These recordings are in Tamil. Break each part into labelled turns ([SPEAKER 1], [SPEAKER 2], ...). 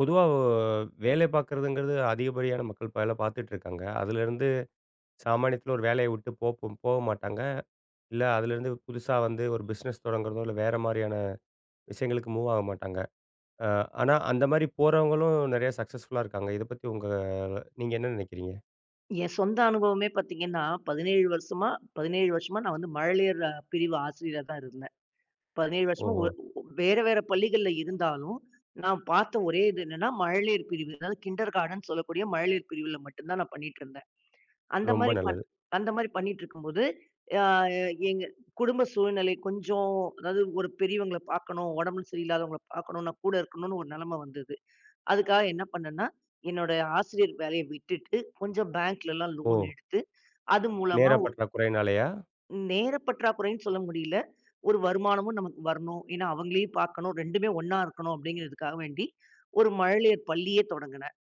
[SPEAKER 1] பொதுவா வேலை பார்க்குறதுங்கிறது அதிகப்படியான மக்கள் வேலை பார்த்துட்டு இருக்காங்க. அதுலேருந்து சாமானியத்துல ஒரு வேலைய விட்டு போ போ போக மாட்டாங்க. இல்ல அதுலேருந்து புதுசா வந்து ஒரு பிசினஸ் தொடங்குறதோ, இல்ல வேற மாரியான விஷயங்களுக்கு மூவ் ஆக மாட்டாங்க. அ ஆனா அந்த மாரி போறவங்களும் நெறைய சக்சஸ்ஃபுல்லா இருக்காங்க. இத பத்தி நீங்க என்ன நினைக்கிறீங்க?
[SPEAKER 2] என் சொந்த அனுபவமே பார்த்தீங்கன்னா, 17 வருஷமா 17 வருஷமா நான் வந்து மழலையர் பிரிவு ஆசிரியரா தான் இருந்தேன். 17 வருஷமா
[SPEAKER 1] ஓஹோ!
[SPEAKER 2] ஒ ஒ- வேற வேற பள்ளிகள்ல இருந்தாலும், நான் பார்த்த ஒரே இது என்னன்னா, மழலையர் பிரிவு. அதாவது கிண்டர் கார்டன்னு சொல்லக்கூடிய மழலையர் பிரிவுல மட்டும் தான் நான் பண்ணிட்டு இருந்தேன். அந்த
[SPEAKER 1] ரொம்ப
[SPEAKER 2] மாரி ஓஹோ!
[SPEAKER 1] நல்லது.
[SPEAKER 2] அந்த மாரி பண்ணிட்டு இருக்கும்போது, ஆ எங்க குடும்ப சூழ்நிலை கொஞ்சம் அதாவது ஒரு பெரியவங்கள பார்க்கணும், உடம்பு சரியில்லாதவங்கள பார்க்கணும், நான் கூட இருக்கணும்னு ஒரு நிலைமை வந்தது. அதுக்காக என்ன பண்ணேன்னா, என்னோட ஆசிரியர் வேலைய விட்டுட்டு, கொஞ்சம் பேங்க்லலாம்
[SPEAKER 1] ஓ!
[SPEAKER 2] லோன் எடுத்து அது
[SPEAKER 1] நேர
[SPEAKER 2] மூலமா
[SPEAKER 1] பற்றாக்குறையினாலயா?
[SPEAKER 2] நேர பற்றாக்குறைன்னு சொல்ல முடியல. ஒரு வருமானமும் நமக்கு வரணும். ஏன்னா, அவங்களையும் பார்க்கணும். 2மே ஒண்ணா இருக்கணும் அப்படிங்கிறதுக்காக வேண்டி, ஒரு மழலையர் பள்ளியே தொடங்குனேன்.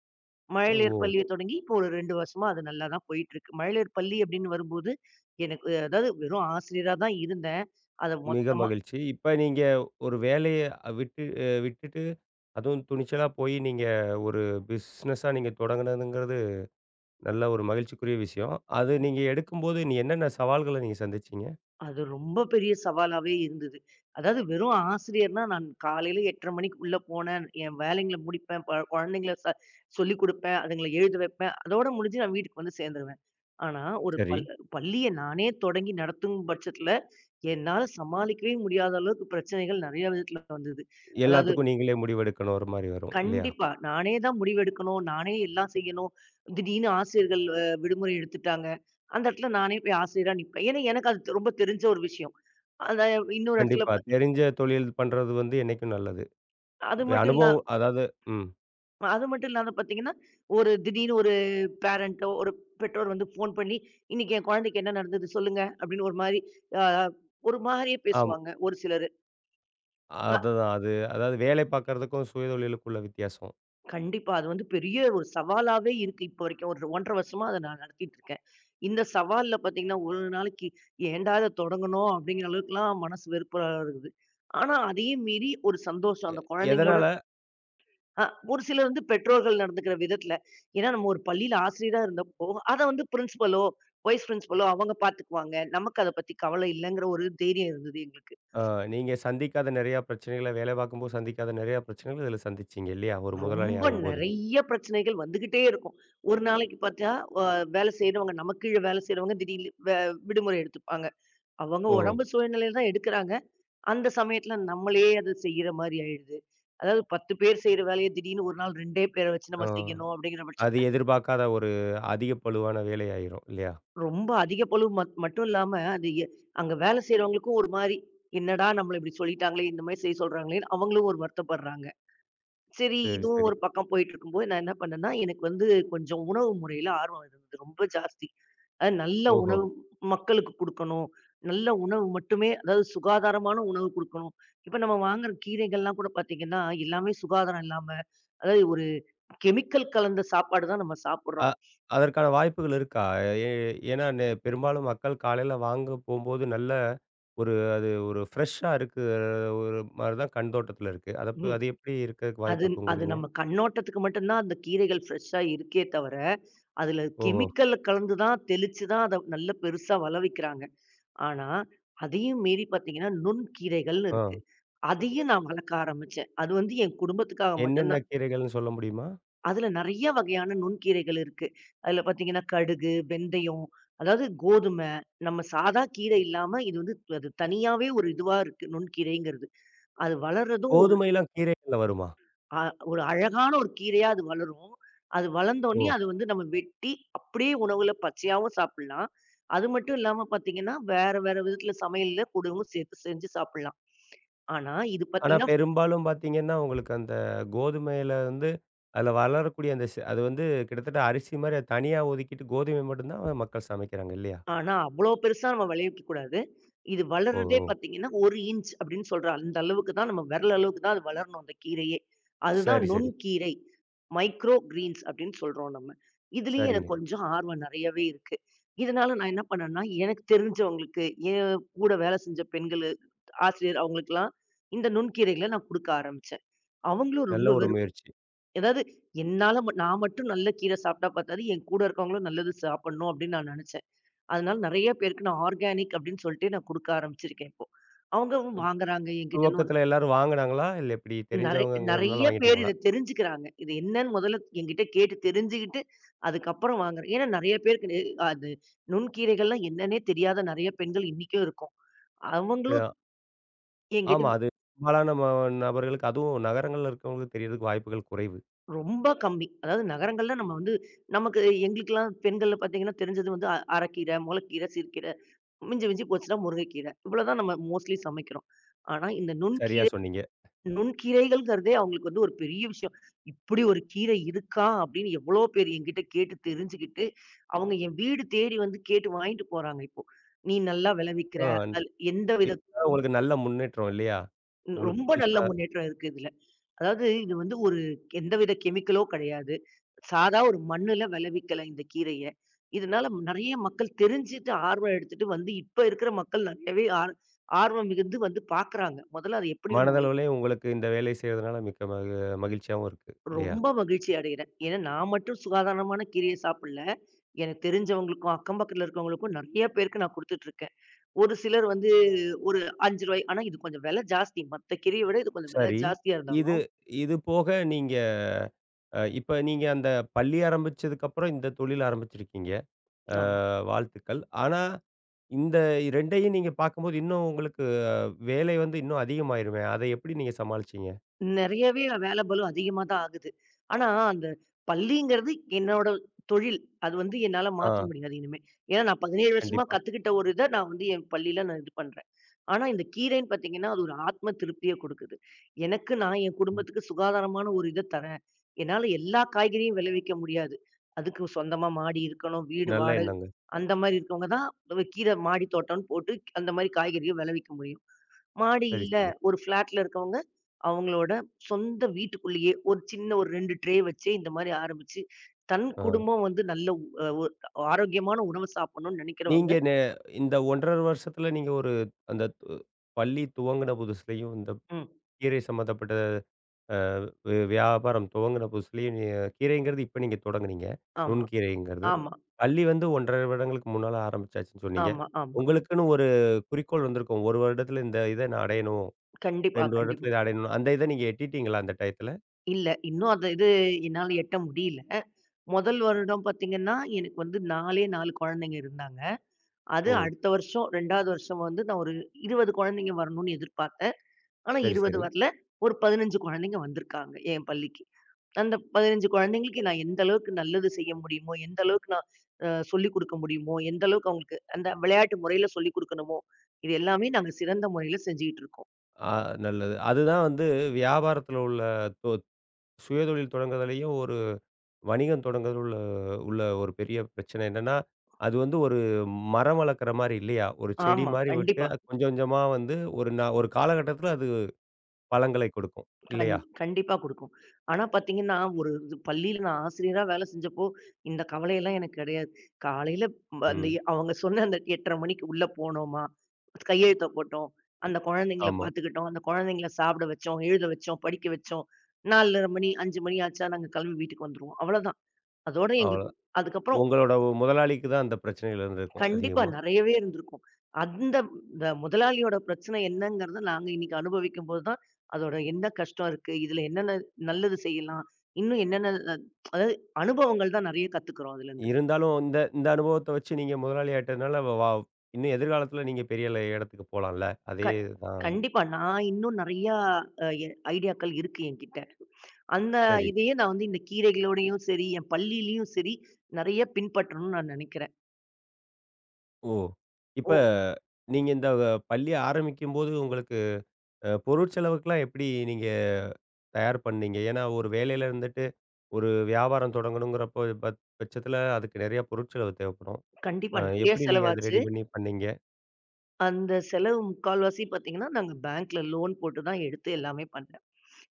[SPEAKER 2] மழலையர்
[SPEAKER 1] ஓ!
[SPEAKER 2] பள்ளிய தொடங்கி இப்போ ஒரு 2 வருஷமா அது நல்லா தான் போயிட்டுருக்கு. மழலையர் பள்ளி அப்படின்னு வரும்போது, எனக்கு அதாவது வெறும் ஆசிரியரா தான் இருந்தேன். அத
[SPEAKER 1] மிக
[SPEAKER 2] மொத்தமா
[SPEAKER 1] மகிழ்ச்சி. இப்ப நீங்க ஒரு வேலைய விட்டு விட்டுட்டு அதுவும் துணிச்சலா போய் நீங்க ஒரு பிசினஸா நீங்க தொடங்குனதுங்கிறது நல்ல ஒரு மகிழ்ச்சிக்குரிய விஷயம். அது நீங்க எடுக்கும்போது என்னென்ன சவால்கள நீங்க சந்திச்சீங்க?
[SPEAKER 2] அது ரொம்ப பெரிய சவாலாவே இருந்தது. அதாவது வெறும் ஆசிரியர்னா நான் காலையில 8:30 மணிக்கு உள்ள போனேன். என் வேலைங்கள முடிப்பேன். குழந்தைங்கள சொல்லிக் குடுப்பேன். அதுங்கள எழுத வைப்பேன். அதோட முடிஞ்சு நான் வீட்டுக்கு வந்து சேர்ந்துருவேன். ஆனா, ஒரு
[SPEAKER 1] சரி.
[SPEAKER 2] பள் பள்ளிய நானே தொடங்கி நடத்தும் பட்சத்துல, என்னால சமாளிக்கவே முடியாத அளவுக்கு பிரச்சனைகள் நெறைய விதத்துல வந்தது. அதாவது
[SPEAKER 1] எல்லாத்துக்கும் நீங்களே முடிவெடுக்கணும்ற மாரி வரும் இல்லையா?
[SPEAKER 2] கண்டிப்பா. நானே தான் முடிவெடுக்கணும். நானே எல்லாம் செய்யணும். திடீர்னு ஆசிரியர்கள் விடுமுறை எடுத்துட்டாங்க. அந்த இடத்துல நானே போய் ஆசிரியரா நிப்பேன். ஏன்னா, எனக்கு அது ரொம்ப தெரிஞ்ச ஒரு விஷயம். அந்த இன்னொரு இடத்துல
[SPEAKER 1] கண்டிப்பா.
[SPEAKER 2] ப
[SPEAKER 1] தெரிஞ்ச தொழில் பண்றது வந்து என்னைக்கும் நல்லது.
[SPEAKER 2] அது மட்டும் இல்லா
[SPEAKER 1] அனுபவம் அதாவது ம்.
[SPEAKER 2] அது மட்டும் இல்லாம பார்த்தீங்கன்னா, ஒரு திடீர்னு ஒரு பேரன்ட்டோ, ஒரு பெற்றோர் வந்து ஃபோன் பண்ணி, "இன்னைக்கு என் குழந்தைக்கு என்ன நடந்தது சொல்லுங்க" அப்படின்னு ஒரு மாரி, அ ஒரு மாரியே
[SPEAKER 1] ஆமா.
[SPEAKER 2] பேசுவாங்க ஒரு சிலரு.
[SPEAKER 1] அதுதான் அதாவது வேலை பார்க்கறதுக்கும், சுயதொழிலுக்கும் உள்ள வித்தியாசம்.
[SPEAKER 2] கண்டிப்பா. அது வந்து பெரிய ஒரு சவாலாவே இருக்கு இப்போ வரைக்கும். ஒரு 1 1/2 வருஷமா அத நான் நடத்திட்டு இருக்கேன். இந்த சவால்ல பார்த்தீங்கன்னா, ஒரு நாளைக்கு ஏன்டா இத தொடங்கணும் அப்படிங்கிற அளவுக்குலாம் மனசு வெறுப்பா இருக்குது. ஆனா, அதையும் மீறி ஒரு சந்தோஷம் அந்த குழந்தைங்களோட
[SPEAKER 1] எதனால
[SPEAKER 2] அ ஒரு சிலர் வந்து பெற்றோர்கள் நடந்துக்கிற விதத்துல, ஏன்னா நம்ம ஒரு பள்ளியில ஆசிரியரா இருந்தப்போ, அத வந்து பிரின்சிபலோ, வைஸ் பிரின்சிபலோ அவங்க பார்த்துக்குவாங்க. நமக்கு அத பத்தி கவலை இல்லங்கிற ஒரு தைரியம் இருந்தது எங்களுக்கு.
[SPEAKER 1] அ நீங்க சந்திக்காத நெறையா பிரச்சனைகள வேலை பார்க்கும்போது சந்திக்காத நெறையா பிரச்சனைகள இதில சந்திச்சீங்க இல்லையா? ஒரு முதலாளி
[SPEAKER 2] ரொம்ப
[SPEAKER 1] ஆகும்போது.
[SPEAKER 2] நெறைய பிரச்சனைகள் வந்துகிட்டே இருக்கும். ஒரு நாளைக்கு பார்த்தா, அ வேல செய்றவங்க நமக்கு கீழ வேல செய்றவங்க திடீர்னு விடுமுறை எடுத்துப்பாங்க. அவங்க
[SPEAKER 1] ஓ!
[SPEAKER 2] உடம்பு சூழ்நிலையில தான் எடுக்குறாங்க. அந்த சமயத்துல நம்மளே அத செய்ற மாரி ஆயிடுது. அதாவது 10 பேர் செய்ற வேலைய திடீர்னு ஒரு நாள் 2டே பேர வச்சு
[SPEAKER 1] ஆ.
[SPEAKER 2] நம்ம செய்யணும் அப்படிங்கிற
[SPEAKER 1] அது
[SPEAKER 2] பட்சத்துல,
[SPEAKER 1] எதிர்பார்க்காத ஒரு அதிக பளுவான வேலை ஆயிரும் இல்லையா?
[SPEAKER 2] ரொம்ப அதிக பளு மட்டும் இல்லாம, அது எ அங்க வேல செய்றவங்களுக்கும் ஒரு மாரி, "என்னடா நம்மள இப்படி சொல்லிட்டாங்களே! இந்த மாரி செய்ய சொல்றாங்களேன்னு" அவங்களும் ஒரு வருத்தப்படுறாங்க. சரி,
[SPEAKER 1] சரி,
[SPEAKER 2] இதுவும்
[SPEAKER 1] சரி.
[SPEAKER 2] ஒரு பக்கம் போயிட்டுருக்கும்போது, நான் என்ன பண்ணேன்னா, எனக்கு வந்து கொஞ்சம் உணவு முறையில ஆர்வம் இருந்தது ரொம்ப ஜாஸ்தி. நல்ல
[SPEAKER 1] ஓஹோ!
[SPEAKER 2] உணவு மக்களுக்கு குடுக்கணும். நல்ல உணவு மட்டுமே அதாவது சுகாதாரமான உணவு குடுக்கணும். இப்ப நம்ம வாங்குற கீரைகள்லாம் கூட பாத்தீங்கன்னா, எல்லாமே சுகாதாரம் இல்லாம, அதாவது ஒரு கெமிக்கல் கலந்த சாப்பாடு தான் நம்ம
[SPEAKER 1] அ
[SPEAKER 2] சாப்பிடுறோம்.
[SPEAKER 1] அதற்கான வாய்ப்புகள் இருக்கா? ஏ ஏன்னா பெரும்பாலும் மக்கள் காலையில வாங்க போம்போது நல்ல ஒரு ஃப்ரெஷ்ஷா இருக்கு ஒரு மாரி தான் கண் தோட்டத்துல இருக்கு. அத ப
[SPEAKER 2] ம்.
[SPEAKER 1] அது எப்படி இருக்கறதுக்கு வாய்ப்பு
[SPEAKER 2] அது அது
[SPEAKER 1] இருக்குங்கிறீங்க?
[SPEAKER 2] நம்ம கண்ணோட்டத்துக்கு மட்டும் தான் அந்த கீரைகள் ஃப்ரெஷ்ஷா இருக்கே தவிர, அதுல
[SPEAKER 1] ஓஹோ!
[SPEAKER 2] கெமிக்கல் கலந்து தான் தெளிச்சு தான் அத நல்ல பெருசா வள வைக்கிறாங்க. ஆனா, அதையும் மீறி பார்த்தீங்கன்னா, நுண்கீரைகள்னு
[SPEAKER 1] ஆ.
[SPEAKER 2] இருக்கு. அதையும் நான் வளர்க்க ஆரம்பிச்சேன். அது வந்து என் குடும்பத்துக்காக மட்டும்
[SPEAKER 1] என்னென்ன
[SPEAKER 2] தான்.
[SPEAKER 1] கீரைகள்னு சொல்ல முடியுமா?
[SPEAKER 2] அதுல நெறைய வகையான நுண்கீரைகள் இருக்கு. அதுல பார்த்தீங்கன்னா, கடுகு, வெந்தயம், அதாவது கோதுமை, நம்ம சாதா கீரை இல்லாம இது வந்து அது தனியாவே ஒரு இதுவா இருக்கு. நுண்கீரைங்கிறது. அது வளர்றதும்
[SPEAKER 1] கோதுமைலாம் கீரைகள்ல வருமா?
[SPEAKER 2] அ ஒரு அழகான ஒரு கீரையா அது வளரும். அது வளர்ந்தோனே
[SPEAKER 1] ஓ!
[SPEAKER 2] அது வந்து நம்ம வெட்டி அப்படியே உணவுல பச்சையாவும் சாப்பிடலாம். அது மட்டும் இல்லாம பார்த்தீங்கன்னா, வேற வேற விதத்துல சமையல்ல கூடவும் சேர்த்து செஞ்சு சாப்பிடலாம். ஆனா, இது
[SPEAKER 1] ஆனா
[SPEAKER 2] பார்த்தீங்கன்னா,
[SPEAKER 1] பெரும்பாலும் பார்த்தீங்கன்னா, உங்களுக்கு அந்த கோதுமையில வந்து அதுல வளரக்கூடிய அந்த அது வந்து கிட்டத்தட்ட அரிசி மாரி அது தனியா ஒதுக்கிட்டு கோதுமைய மட்டும் தான் மக்கள் சமைக்கிறாங்க இல்லையா?
[SPEAKER 2] ஆனா அவ்ளோ பெருசா நம்ம விளைவிக்க கூடாது. இது
[SPEAKER 1] ஓ!
[SPEAKER 2] வளர்றதே
[SPEAKER 1] ஓ!
[SPEAKER 2] பார்த்தீங்கன்னா, 1 இன்ச் அப்படின்னு சொல்ற அந்த அளவுக்கு தான் நம்ம விரல் அளவுக்கு தான் அது வளரணும் அந்த கீரையே. அதுதான்
[SPEAKER 1] சரி,
[SPEAKER 2] கண்டிப்பா.
[SPEAKER 1] சரி.
[SPEAKER 2] நுண்கீரை. மைக்ரோ கிரீன்ஸ் அப்படின்னு சொல்றோம் நம்ம. இதுலயும்
[SPEAKER 1] சரிங்க.
[SPEAKER 2] எனக்கு கண்டிப்பா. கொஞ்சம் ஆர்வம் நெறையவே இருக்கு. இதனால நான் என்ன பண்ணேன்னா, எனக்கு தெரிஞ்சவங்களுக்கு, என் கூட வேலை செஞ்ச பெண்களு, ஆசிரியர் அவங்களுக்கெல்லாம் இந்த நுண்கீரைகள நான் குடுக்க ஆரம்பிச்சேன். அவங்களும்
[SPEAKER 1] நல்ல
[SPEAKER 2] ரொம்ப சரி.
[SPEAKER 1] ஒரு முயற்சி.
[SPEAKER 2] அதாவது என்னால நான் மட்டும் நல்ல கீரை சாப்பிட்டா பத்தாது, என் கூட இருக்கவங்களும் நல்லது சாப்பிடணும் அப்படின்னு நான் நெனச்சேன். அதனால நெறைய பேருக்கு நான் ஆர்கானிக் அப்படின்னு சொல்லிட்டு நான் குடுக்க ஆரம்பிச்சிருக்கேன் இப்போ. அவங்களும் வாங்குறாங்க என்கிட்டன்னு வந்து.
[SPEAKER 1] துவக்கத்துல எல்லாரும் வாங்குனாங்களா? இல்ல எப்படி
[SPEAKER 2] நெறை
[SPEAKER 1] தெரிஞ்சவங்கங்கிறதுனால
[SPEAKER 2] நெறைய பேர்
[SPEAKER 1] வாங்கிட்டாங்களா?
[SPEAKER 2] இத தெரிஞ்சுக்கிறாங்க. இது என்னன்னு முதல்ல என்கிட்ட கேட்டு தெரிஞ்சுக்கிட்டு, அதுக்கப்புறம் வாங்குறேன். ஏன்னா நெறைய பேருக்கு நெ அது நுண்கீரைகள்லாம் என்னன்னே தெரியாத நெறைய பெண்கள் இன்னிக்கும் இருக்கோம். அவங்களும்
[SPEAKER 1] அ
[SPEAKER 2] என்கிட்ட
[SPEAKER 1] ஆமா. அது பெரும்பாலான நபர்களுக்கு அதுவும் நகரங்கள்ல இருக்கவங்களுக்கு தெரியறதுக்கு வாய்ப்புகள் குறைவு.
[SPEAKER 2] ரொம்ப கம்மி. அதாவது நகரங்கள்ல நம்ம வந்து நமக்கு எங்களுக்கெல்லாம் பெண்கள்ல பார்த்தீங்கன்னா தெரிஞ்சது வந்து அரக்கீரை, முளக்கீரை, சிறுகீரை, மிஞ்சி மிஞ்சி போச்சுன்னா முருங்கைக்கீரை. இவ்வளோதான் நம்ம மோஸ்ட்லி சமைக்கிறோம். ஆனா இந்த
[SPEAKER 1] சரியா சொன்னீங்க.
[SPEAKER 2] நுண்கீரைகள்ங்கிறதே அவங்களுக்கு வந்து ஒரு பெரிய விஷயம். இப்படி ஒரு கீரை இருக்கா? அப்படின்னு எவ்வளோ பேர் என்கிட்ட கேட்டு தெரிஞ்சுகிட்டு, அவங்க என் வீடு தேடி வந்து கேட்டு வாங்கிட்டு போறாங்க இப்போ. "நீ நல்லா விளைவிக்கிற,
[SPEAKER 1] ஆ
[SPEAKER 2] அது எந்த வித".
[SPEAKER 1] இதுதான் உங்களுக்கு நல்ல முன்னேற்றம் இல்லையா?
[SPEAKER 2] ம்,
[SPEAKER 1] உங்களுக்கு
[SPEAKER 2] ரொம்ப நல்ல
[SPEAKER 1] புதுசா
[SPEAKER 2] முன்னேற்றம் இருக்கு இதுல. அதாவது இது வந்து ஒரு எந்தவித கெமிக்கலோ கிடையாது. சாதா ஒரு மண்ணுல விளைவிக்கலாம் இந்த கீரைய. இதனால நெறைய மக்கள் தெரிஞ்சுட்டு ஆர்வம் எடுத்துட்டு வந்து இப்ப இருக்கிற மக்கள் நெறையவே ஆர்வம் மிகுந்து வந்து பார்க்குறாங்க. முதல்ல அத எப்படி நம்ம.
[SPEAKER 1] மனதளவுலயும் உங்களுக்கு இந்த வேலை செய்றதுனால மிக்க மகிழ்ச்சியாவும் இருக்கு இல்லையா?
[SPEAKER 2] ரொம்ப மகிழ்ச்சி அடைகிறேன். ஏன்னா நான் மட்டும் சுகாதாரமான கீரைய சாப்பிடல. எனக்கு தெரிஞ்சவங்களுக்கும், அக்கம் பக்கத்துல இருக்கிறவங்களுக்கும் நெறைய பேருக்கு நான் குடுத்துட்டு இருக்கேன். ஒரு சிலர் வந்து ஒரு ரூ. 5 ஆனா இது கொஞ்சம் விலை ஜாஸ்தி. மத்த கீரைய விட இது கொஞ்சம் விலை
[SPEAKER 1] சரி.
[SPEAKER 2] ஜாஸ்தியா
[SPEAKER 1] இது
[SPEAKER 2] இருந்தாலும்.
[SPEAKER 1] இது போக நீங்க இப்ப நீங்க அந்த பள்ளி ஆரம்பிச்சதுக்கப்புறம் இந்த தொழில் ஆரம்பிச்சிருக்கீங்க. அ
[SPEAKER 2] ஆமா.
[SPEAKER 1] வாழ்த்துக்கள். ஆனா இந்த 2யும் நீங்க பார்க்கும்போது, இன்னும் உங்களுக்கு வேலை வந்து இன்னும் அதிகமாயிருமே! அதை எப்படி நீங்க சமாளிச்சீங்க?
[SPEAKER 2] நெறையவே வேல பளு அதிகமா தான் ஆகுது. ஆனா, அந்த பள்ளிங்கிறது என்னோட தொழில். அது வந்து என்னால
[SPEAKER 1] ஆ,
[SPEAKER 2] மாத்த முடியாது இனிமே. ஏன்னா, நான் 17 வருஷமா
[SPEAKER 1] கண்டிப்பா.
[SPEAKER 2] கத்துக்கிட்ட ஒரு இத நான் வந்து என் பள்ளியில நான் இது பண்றேன். ஆனா, இந்த கீரைன்னு பார்த்தீங்கன்னா, அது ஒரு ஆத்ம திருப்திய குடுக்குது. எனக்கு நான் என்
[SPEAKER 1] ம்.
[SPEAKER 2] குடும்பத்துக்கு சுகாதாரமான ஒரு இத தரேன். என்னால எல்லா காய்கறியும் விளைவிக்க முடியாது. அதுக்கு சொந்தமா மாடி இருக்கணும். வீடு
[SPEAKER 1] நல்ல
[SPEAKER 2] வாடகை
[SPEAKER 1] எண்ணங்க.
[SPEAKER 2] அந்த மாரி இருக்கவங்க தான் கீரை மாடி தோட்டம்ன்னு போட்டு அந்த மாரி காய்கறிய விளைவிக்க முடியும். மாடி
[SPEAKER 1] சரி,
[SPEAKER 2] இல்ல.
[SPEAKER 1] சரி.
[SPEAKER 2] ஒரு ஃப்ளாட்ல இருக்கவங்க, அவங்களோட சொந்த வீட்டுக்குள்ளேயே ஒரு சின்ன ஒரு 2 ட்ரே வச்சே இந்த மாரி ஆரம்பிச்சு, தன் ஓஹோ!
[SPEAKER 1] ஆ.
[SPEAKER 2] குடும்பம் வந்து நல்ல உ அ ஒ ஆரோக்கியமான உணவு சாப்பிடணும்னு நெனைக்கிறவங்க.
[SPEAKER 1] நீங்க இந்த 1 1/2 வருஷத்துல நீங்க ஒரு அந்த பள்ளி துவங்குன புதுசுலயும், இந்த
[SPEAKER 2] ம்.
[SPEAKER 1] கீரை சம்மந்தப்பட்ட அ வி வியாபாரம் துவங்குன புதுசுலயும் கீரைங்கிறது இப்ப நீங்க தொடங்குனீங்க.
[SPEAKER 2] ஆமா,
[SPEAKER 1] நுண்கீரைங்கிறது.
[SPEAKER 2] ஆமா,
[SPEAKER 1] பள்ளி வந்து 1 1/2 வருடங்களுக்கு முன்னால ஆரம்பிச்சாச்சுன்னு சொன்னீங்க.
[SPEAKER 2] ஆமா, ஆமா.
[SPEAKER 1] உங்களுக்குன்னு ஒரு குறிக்கோள் வந்திருக்கும். 1 வருடத்துல இந்த இத நான் அடையணும்.
[SPEAKER 2] கண்டிப்பா,
[SPEAKER 1] 2
[SPEAKER 2] கண்டிப்பா.
[SPEAKER 1] வருடத்துல இத அடையணும். அந்த இத நீங்க எட்டிட்டீங்களா அந்த டயத்துல?
[SPEAKER 2] இல்ல. இன்னும் அந்த இது என்னால எட்ட முடியல. முதல் வருடம் பார்த்தீங்கன்னா, எனக்கு வந்து 4ஏ 4 குழந்தைங்க இருந்தாங்க. அது
[SPEAKER 1] ஓ!
[SPEAKER 2] அடுத்த வருஷம் 2வது வருஷம் வந்து நான் ஒரு 20 குழந்தைங்க வரணும்னு எதிர்பார்த்தேன். ஆனா
[SPEAKER 1] சரி,
[SPEAKER 2] 20
[SPEAKER 1] சரி.
[SPEAKER 2] வரல. ஒரு 15 குழந்தைங்க வந்திருக்காங்க என் பள்ளிக்கு. அந்த 15 குழந்தைங்களுக்கு நான் எந்த அளவுக்கு நல்லது செய்ய முடியுமோ, எந்த அளவுக்கு நான் சொல்லிக் குடுக்க முடியுமோ, எந்த அளவுக்கு அவங்களுக்கு அந்த விளையாட்டு முறையில சொல்லிக் குடுக்கணுமோ, இது எல்லாமே நாங்க சிறந்த முறையில செஞ்சுகிட்டு இருக்கோம்.
[SPEAKER 1] ஆ நல்லது. அதுதான் வந்து வியாபாரத்துல உள்ள தொ சுயதொழில் தொடங்குறதுலயும், ஒரு வணிகம் தொடங்குறதுல உள்ள உள்ள ஒரு பெரிய பிரச்சனை என்னன்னா, அது வந்து ஒரு மரம் வளர்க்குற மாரி இல்லையா? ஒரு செடி
[SPEAKER 2] ஆமா,
[SPEAKER 1] மாரி விட்டு
[SPEAKER 2] கண்டிப்பா.
[SPEAKER 1] அது கொஞ்சம் கொஞ்சமா வந்து ஒரு காலகட்டத்துல அது பழங்களை கொடுக்கும்.
[SPEAKER 2] கண்
[SPEAKER 1] இல்லையா?
[SPEAKER 2] கண்டிப்பா குடுக்கும். ஆனா பார்த்தீங்கன்னா, ஒரு இது பள்ளியில நான் ஆசிரியரா வேலை செஞ்சப்போ, இந்த கவலையெல்லாம் எனக்கு கிடையாது. காலையில ப அந்த
[SPEAKER 1] ம்.
[SPEAKER 2] எ அவங்க சொன்ன அந்த 8:30 மணிக்கு உள்ள போனோமா, கையெழுத்த போட்டோம், அந்த குழந்தைங்கள
[SPEAKER 1] ஆமா.
[SPEAKER 2] பார்த்துக்கிட்டோம், அந்த குழந்தைங்கள சாப்பிட வச்சோம், எழுத வச்சோம், படிக்க வச்சோம். 4:30 மணி, 5 மணி ஆச்சா நாங்க கிளம்பி வீட்டுக்கு வந்துருவோம். அவ்வளோதான். அதோட எங்களுக்கு
[SPEAKER 1] அவ்வளதான்.
[SPEAKER 2] அதுக்கப்புறம்
[SPEAKER 1] உங்களோட முதலாளிக்கு தான் அந்த பிரச்சனைகள் இருந்திருக்கும்
[SPEAKER 2] கண்டிப்பா.
[SPEAKER 1] அதிகமா.
[SPEAKER 2] நெறையவே இருந்திருக்கும். அந்த இந்த முதலாளியோட பிரச்சனை என்னங்கிறத நாங்க இன்னைக்கு அனுபவிக்கும்போது தான், அதோட என்ன கஷ்டம் இருக்கு? இதுல என்னென்ன நல்லது செய்யலாம்? இன்னும் என்னென்ன அ அதாவது அனுபவங்கள் தான் நெறைய கத்துக்கிறோம் அதுலருந்து.
[SPEAKER 1] இருந்தாலும் இந்த இந்த அனுபவத்த வச்சு நீங்க முதலாளி ஆயிட்டதுனால, வ வா இன்னும் எதிர்காலத்துல நீங்க பெரிய இடத்துக்கு போலாம்ல. அதே
[SPEAKER 2] க
[SPEAKER 1] தான்.
[SPEAKER 2] கண்டிப்பா. நான் இன்னும் நெறையா அ எ ஐடியாக்கள் இருக்கு என்கிட்ட. அந்த
[SPEAKER 1] சரி.
[SPEAKER 2] இதையே நான் வந்து இந்த கீரைகளோடையும் சரி, என் பள்ளியிலயும் சரி, நெறைய பின்பற்றணும்னு நான் நெனைக்கிறேன்.
[SPEAKER 1] ஓ! இப்ப
[SPEAKER 2] ஓ!
[SPEAKER 1] நீங்க இந்த வ பள்ளி ஆரம்பிக்கும்போது உங்களுக்கு பொருட்செலவுக்குலாம் எப்படி நீங்க தயார் பண்ணீங்க? ஏன்னா ஒரு வேலையில இருந்துட்டு, ஒரு வியாபாரம் தொடங்கணுங்கிறப்போ பட்சத்துல அதுக்கு நெறைய பொருட்செலவு தேவைப்படும்.
[SPEAKER 2] கண்டிப்பா. நெறைய
[SPEAKER 1] எப்படி நீங்க அத
[SPEAKER 2] செலவாச்சு.
[SPEAKER 1] ரெடி பண்ணீங்க?
[SPEAKER 2] அந்த செலவு முக்கால்வாசி பார்த்தீங்கன்னா, நாங்க பேங்க்ல லோன் போட்டு தான் எடுத்து எல்லாமே பண்ணேன்.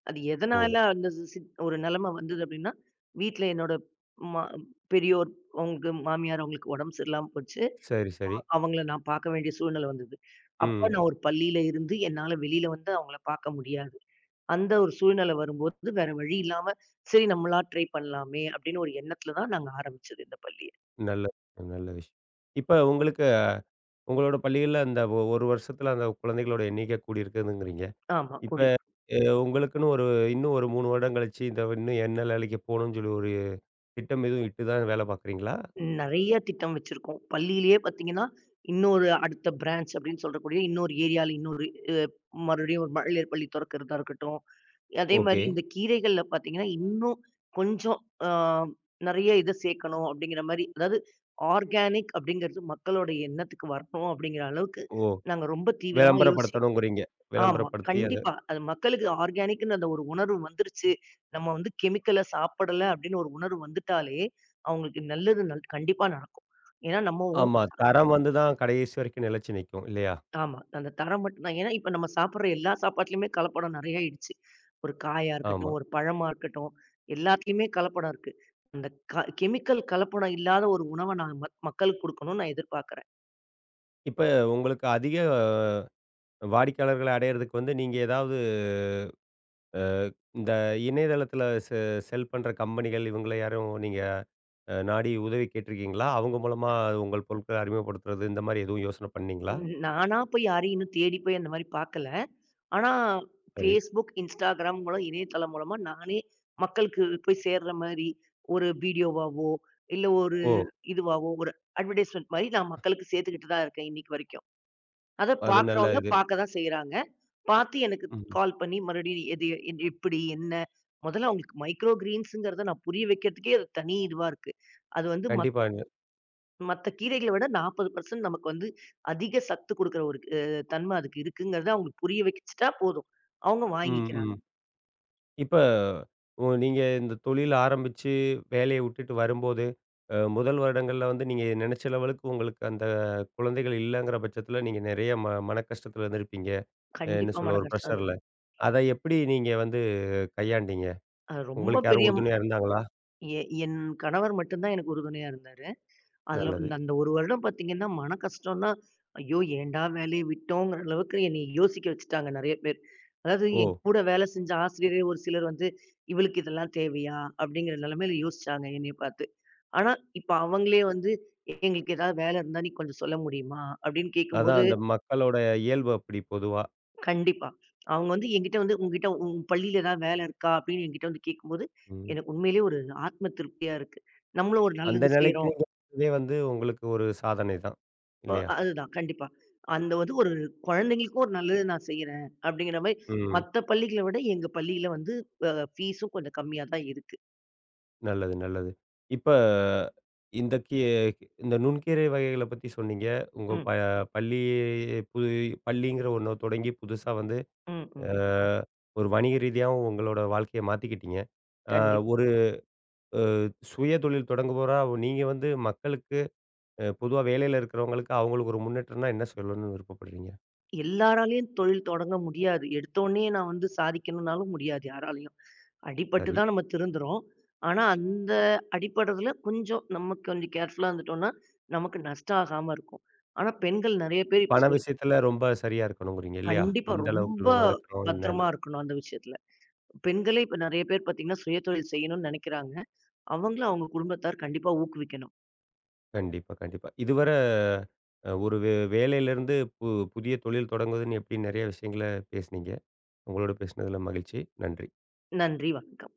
[SPEAKER 2] அது
[SPEAKER 1] ஓ!
[SPEAKER 2] எதனால சரி. அந்த சி சி ஒரு நிலைமை வந்தது அப்டின்னா, வீட்ல என்னோட மா பெரியோர் அவங்களுக்கு மாமியார் அவங்களுக்கு உடம்பு சரியில்லாம போச்சு.
[SPEAKER 1] சரி, சரி.
[SPEAKER 2] அவங்கள நான் பார்க்க வேண்டிய சூழ்நிலை வந்தது. அப்ப
[SPEAKER 1] ம்.
[SPEAKER 2] நான் ஒரு பள்ளியில இருந்து என்னால வெளியில வந்து அவங்கள பார்க்க முடியாது. அந்த ஒரு சூழ்நிலை வரும்போது வேற வழி இல்லாம, சரி நம்மளா ட்ரை பண்ணலாமே அப்படின்னு ஒரு எண்ணத்துல தான் நாங்க ஆரம்பிச்சது இந்த பள்ளிய.
[SPEAKER 1] நல்ல விஷயம், நல்ல விஷயம். இப்ப உங்களுக்கு உங்களோட பள்ளிகள்ல அந்த 1 வருஷத்துல அந்த குழந்தைகளோட எண்ணிக்கை கூடியிருக்குதுங்கிறீங்க.
[SPEAKER 2] ஆமா.
[SPEAKER 1] இப்ப அ உங்களுக்குன்னு ஒரு இன்னும் ஒரு 3 வருடம் கழிச்சு இன்னும் என்ன வேலைக்கு போணும்னு சொல்லி ஒரு திட்டம் எதுவும் இட்டு தான் வேலை பார்க்குறீங்களா?
[SPEAKER 2] நெறைய திட்டம் வச்சிருக்கோம். பள்ளியிலேயே பார்த்தீங்கன்னா, இன்னொரு அடுத்த பிரான்ச் அப்படின்னு சொல்லக்கூடிய இன்னொரு ஏரியால இன்னொரு அ மறுபடியும் ஒரு மழலையர் பள்ளி தொறக்கிறதா இருக்கட்டும். அதே மாரி
[SPEAKER 1] ஓகே.
[SPEAKER 2] ம்ஹ்ம். இந்த கீரைகள்ல பார்த்தீங்கன்னா, இன்னும் கொஞ்சம் ஆ நெறைய இத சேர்க்கணும் அப்படிங்கிற மாரி, அதாவது ஆர்கானிக் அப்படிங்கிறது மக்களோட எண்ணத்துக்கு வரணும் அப்படிங்கிற அளவுக்கு
[SPEAKER 1] ஓ!
[SPEAKER 2] நாங்க ரொம்ப தீவிரமா கண்டிப்பா.
[SPEAKER 1] விளம்பரப்படுத்தணுங்கிறீங்க.
[SPEAKER 2] ஆமா.
[SPEAKER 1] விளம்பரப்படுத்தி அத
[SPEAKER 2] கண்டிப்பா. அது மக்களுக்கு ஆர்கானிக்ன்னு அந்த ஒரு உணர்வு வந்துருச்சு. நம்ம வந்து கெமிக்கல சாப்பிடல அப்படின்னு ஒரு உணர்வு வந்துட்டாலே, அவங்களுக்கு நல்லது கண்டிப்பா நடக்கும். ஏன்னா நம்ம ஊ
[SPEAKER 1] ஆமா. தரம் வந்து தான் கடைசி வரைக்கும் நிலைச்சு நிக்கும். இல்லையா?
[SPEAKER 2] ஆமா. அந்த தரம் மட்டும் தான். ஏன்னா இப்ப நம்ம சாப்பிடுற எல்லா சாப்பாட்டுலயுமே கலப்படம் நெறைய ஆயிடுச்சு. ஒரு காயா
[SPEAKER 1] ஆமா.
[SPEAKER 2] இருக்கட்டும், ஒரு பழமா இருக்கட்டும், எல்லாத்துலயுமே கலப்படம் இருக்கு. அந்த கெமிக்கல் கலப்படம் இல்லாத ஒரு உணவ நான் மக்களுக்கு குடுக்கணும்னு நான் எதிர்பார்க்கிறேன்.
[SPEAKER 1] இப்ப உங்களுக்கு அதிக வாடிக்கையாளர்கள அடையறதுக்கு வந்து நீங்க ஏதாவது அ இந்த இணையதளத்துல செ செல் பண்ற கம்பெனிகள் இவங்கள யாரும் நீங்க நாடி உதவி கேட்டிருக்கீங்களா? அவங்க மூலமா உங்கள் பொருட்கள அறிமுகப்படுத்துறது, இந்த மாரி எதுவும் யோசனை பண்ணீங்களா?
[SPEAKER 2] ம். நானா போய் யாரையும் இன்னும் தேடி போய் அந்த மாரி பார்க்கல. ஆனா
[SPEAKER 1] சரி.
[SPEAKER 2] Facebook, Instagram மூலம் இணையதளம் மூலமா நானே மக்களுக்கு போய் சேர்ற மாரி ஒரு வீடியோவாவோ, இல்ல ஒரு
[SPEAKER 1] ஓ!
[SPEAKER 2] இதுவாவோ, ஒரு அட்வர்டைஸ்மென்ட் மாரி நான் மக்களுக்கு சேர்த்துக்கிட்டு தான் இருக்கேன் இன்னைக்கு வரைக்கும். அத
[SPEAKER 1] அது நல்ல
[SPEAKER 2] பார்க்குறவங்க
[SPEAKER 1] இது.
[SPEAKER 2] பார்க்க தான் செய்றாங்க. பார்த்து எனக்கு
[SPEAKER 1] ம்.
[SPEAKER 2] கால் பண்ணி மறுபடியும் எது என் எப்படி? என்ன? முதல்ல அவங்களுக்கு மைக்ரோ கிரீன்ஸ்ங்கிறத நான் புரிய வைக்கிறதுக்கே அது தனி இதுவா இருக்கு. அது வந்து
[SPEAKER 1] கண்டிப்பா.
[SPEAKER 2] மத்த கீரைகள விட 40% நமக்கு வந்து அதிக சத்து குடுக்குற ஒரு தன்ம அதுக்கு இருக்குங்கிறத அவங்களுக்கு புரிய வச்சுட்டா போதும். அவங்க
[SPEAKER 1] ம்,
[SPEAKER 2] வாங்கிக்கிறாங்க.
[SPEAKER 1] ம். இப்ப நீங்க இந்த தொழில் ஆரம்பிச்சு வேலைய விட்டுட்டு வரும்போது, முதல் வருடங்கள்ல வந்து நீங்க நெனைச்ச லெவலுக்கு உங்களுக்கு அந்த குழந்தைகள் இல்லங்கிற பட்சத்தில நீங்க நெறைய மன கஷ்டத்துல இருந்திருப்பீங்க. என்ன
[SPEAKER 2] கண்டிப்பா
[SPEAKER 1] சொல்ல
[SPEAKER 2] மன
[SPEAKER 1] ஒரு
[SPEAKER 2] கஷ்டம் அது.
[SPEAKER 1] ப்ரஷர்ல. அத எப்படி நீங்க வந்து கையாண்டீங்க?
[SPEAKER 2] அது ரொம்ப
[SPEAKER 1] உங்களுக்கு யாரும்
[SPEAKER 2] பெரிய ம்-
[SPEAKER 1] உறுதுணையா இருந்தாங்களா?
[SPEAKER 2] எ என் கணவர் மட்டும் தான் எனக்கு உறுதுணையா இருந்தாரு. அதுல
[SPEAKER 1] நல்லது.
[SPEAKER 2] இந்த அந்த 1 வருடம் பார்த்தீங்கன்னா, மன கஷ்டம்னா, ஐயோ! ஏன்டா வேலைய விட்டோங்கிற அளவுக்கு என்னைய யோசிக்க வச்சுட்டாங்க நெறைய பேர். அதாவது
[SPEAKER 1] ஓ!
[SPEAKER 2] என் கூட வேலை செஞ்ச ஆசிரியரே ஒரு சிலர் வந்து, "இவளுக்கு இதெல்லாம் தேவையா?" அப்படிங்கிற நிலைமையில யோசிச்சாங்க என்னைய பார்த்து. ஆனா, இப்ப அவங்களே வந்து, "எங்களுக்கு ஏதாவது வேலை இருந்தா நீ கொஞ்சம் சொல்ல முடியுமா?" அப்படின்னு
[SPEAKER 1] அதான்
[SPEAKER 2] கேட்கும்போது
[SPEAKER 1] அந்த மக்களோட இயல்பு அப்படி பொதுவா.
[SPEAKER 2] கண்டிப்பா. அவங்க வந்து என்கிட்ட வந்து, "உன்கிட்ட உன் பள்ளியில ஏதாவது வேலை இருக்கா?" அப்படின்னு என்கிட்ட வந்து கேட்கும்போது,
[SPEAKER 1] ம்.
[SPEAKER 2] எனக்கு உண்மையிலேயே ஒரு ஆத்ம திருப்தியா இருக்கு. நம்மளும் ஒரு
[SPEAKER 1] அந்த
[SPEAKER 2] நல்லது
[SPEAKER 1] நிலைக்கு
[SPEAKER 2] செய்றோம்.
[SPEAKER 1] நீங்க இதே வந்து உங்களுக்கு ஒரு சாதனை தான். இல்லையா?
[SPEAKER 2] அதுதான் கண்டிப்பா. அந்த வந்து ஒரு குழந்தைங்களுக்கும் ஒரு நல்லது நான் செய்றேன் அப்படிங்கிற மாரி,
[SPEAKER 1] ம்.
[SPEAKER 2] மத்த பள்ளிகளை விட எங்க பள்ளியில வந்து ஃபீஸும் கொஞ்சம் கம்மியா தான் இருக்கு.
[SPEAKER 1] நல்லது, நல்லது. இப்ப இந்த கீ இந்த நுண்கீரை வகைகள பத்தி சொன்னீங்க. உங்க ப
[SPEAKER 2] ம்,
[SPEAKER 1] பள்ளி புது பள்ளிங்கிற ஒண்ண தொடங்கி புதுசா வந்து
[SPEAKER 2] ம், ம்.
[SPEAKER 1] அ ஒரு வணிக ரீதியாவும் உங்களோட வாழ்க்கைய மாத்திக்கிட்டீங்க. அ
[SPEAKER 2] கண்டிப்பா.
[SPEAKER 1] ஒரு சுய தொழில் தொடங்குபவரா நீங்க வந்து மக்களுக்கு பொதுவா வேலையில இருக்கிறவங்களுக்கு அவங்களுக்கு ஒரு முன்னேற்றம்னா என்ன சொல்லணும்னு விருப்பப்படுறீங்க?
[SPEAKER 2] எல்லாராலயும் தொழில் தொடங்க முடியாது. எடுத்தோனே நான் வந்து சாதிக்கணும்னாலும் முடியாது யாராலயும். அடிபட்டு
[SPEAKER 1] சரி.
[SPEAKER 2] தான் நம்ம திருந்துறோம். ஆனா, அந்த அடிபடுறதுல கொஞ்சம் நம்ம கொஞ்சம் கேர்ஃபுல்லா இருந்துட்டோம்னா, நமக்கு நஷ்டம் ஆகாம இருக்கும். ஆனா, பெண்கள் நெறைய பேர் இப்ப
[SPEAKER 1] பண விஷயத்துல ரொம்ப சரியா இருக்கணுங்கிறீங்க இல்லையா?
[SPEAKER 2] கண்டிப்பா
[SPEAKER 1] எந்த அளவுக்கு
[SPEAKER 2] ரொம்ப
[SPEAKER 1] லோன் எடுக்கணும் என்ன
[SPEAKER 2] பத்திரமா இருக்கணும் அந்த விஷயத்துல. பெண்களே இப்ப நெறைய பேர் பார்த்தீங்கன்னா, சுயதொழில் செய்யணும்னு நெனைக்கிறாங்க. அவங்கள அவங்க குடும்பத்தார் கண்டிப்பா ஊக்குவிக்கணும்.
[SPEAKER 1] கண்டிப்பா, கண்டிப்பா. இதுவர ஒரு வேலையிலேருந்து புதிய தொழில் தொடங்குவதுன்னு எப்படி நெறைய விஷயங்கள பேசுனீங்க. உங்களோட பேசினதில மகிழ்ச்சி. நன்றி.
[SPEAKER 2] நன்றி, வணக்கம்.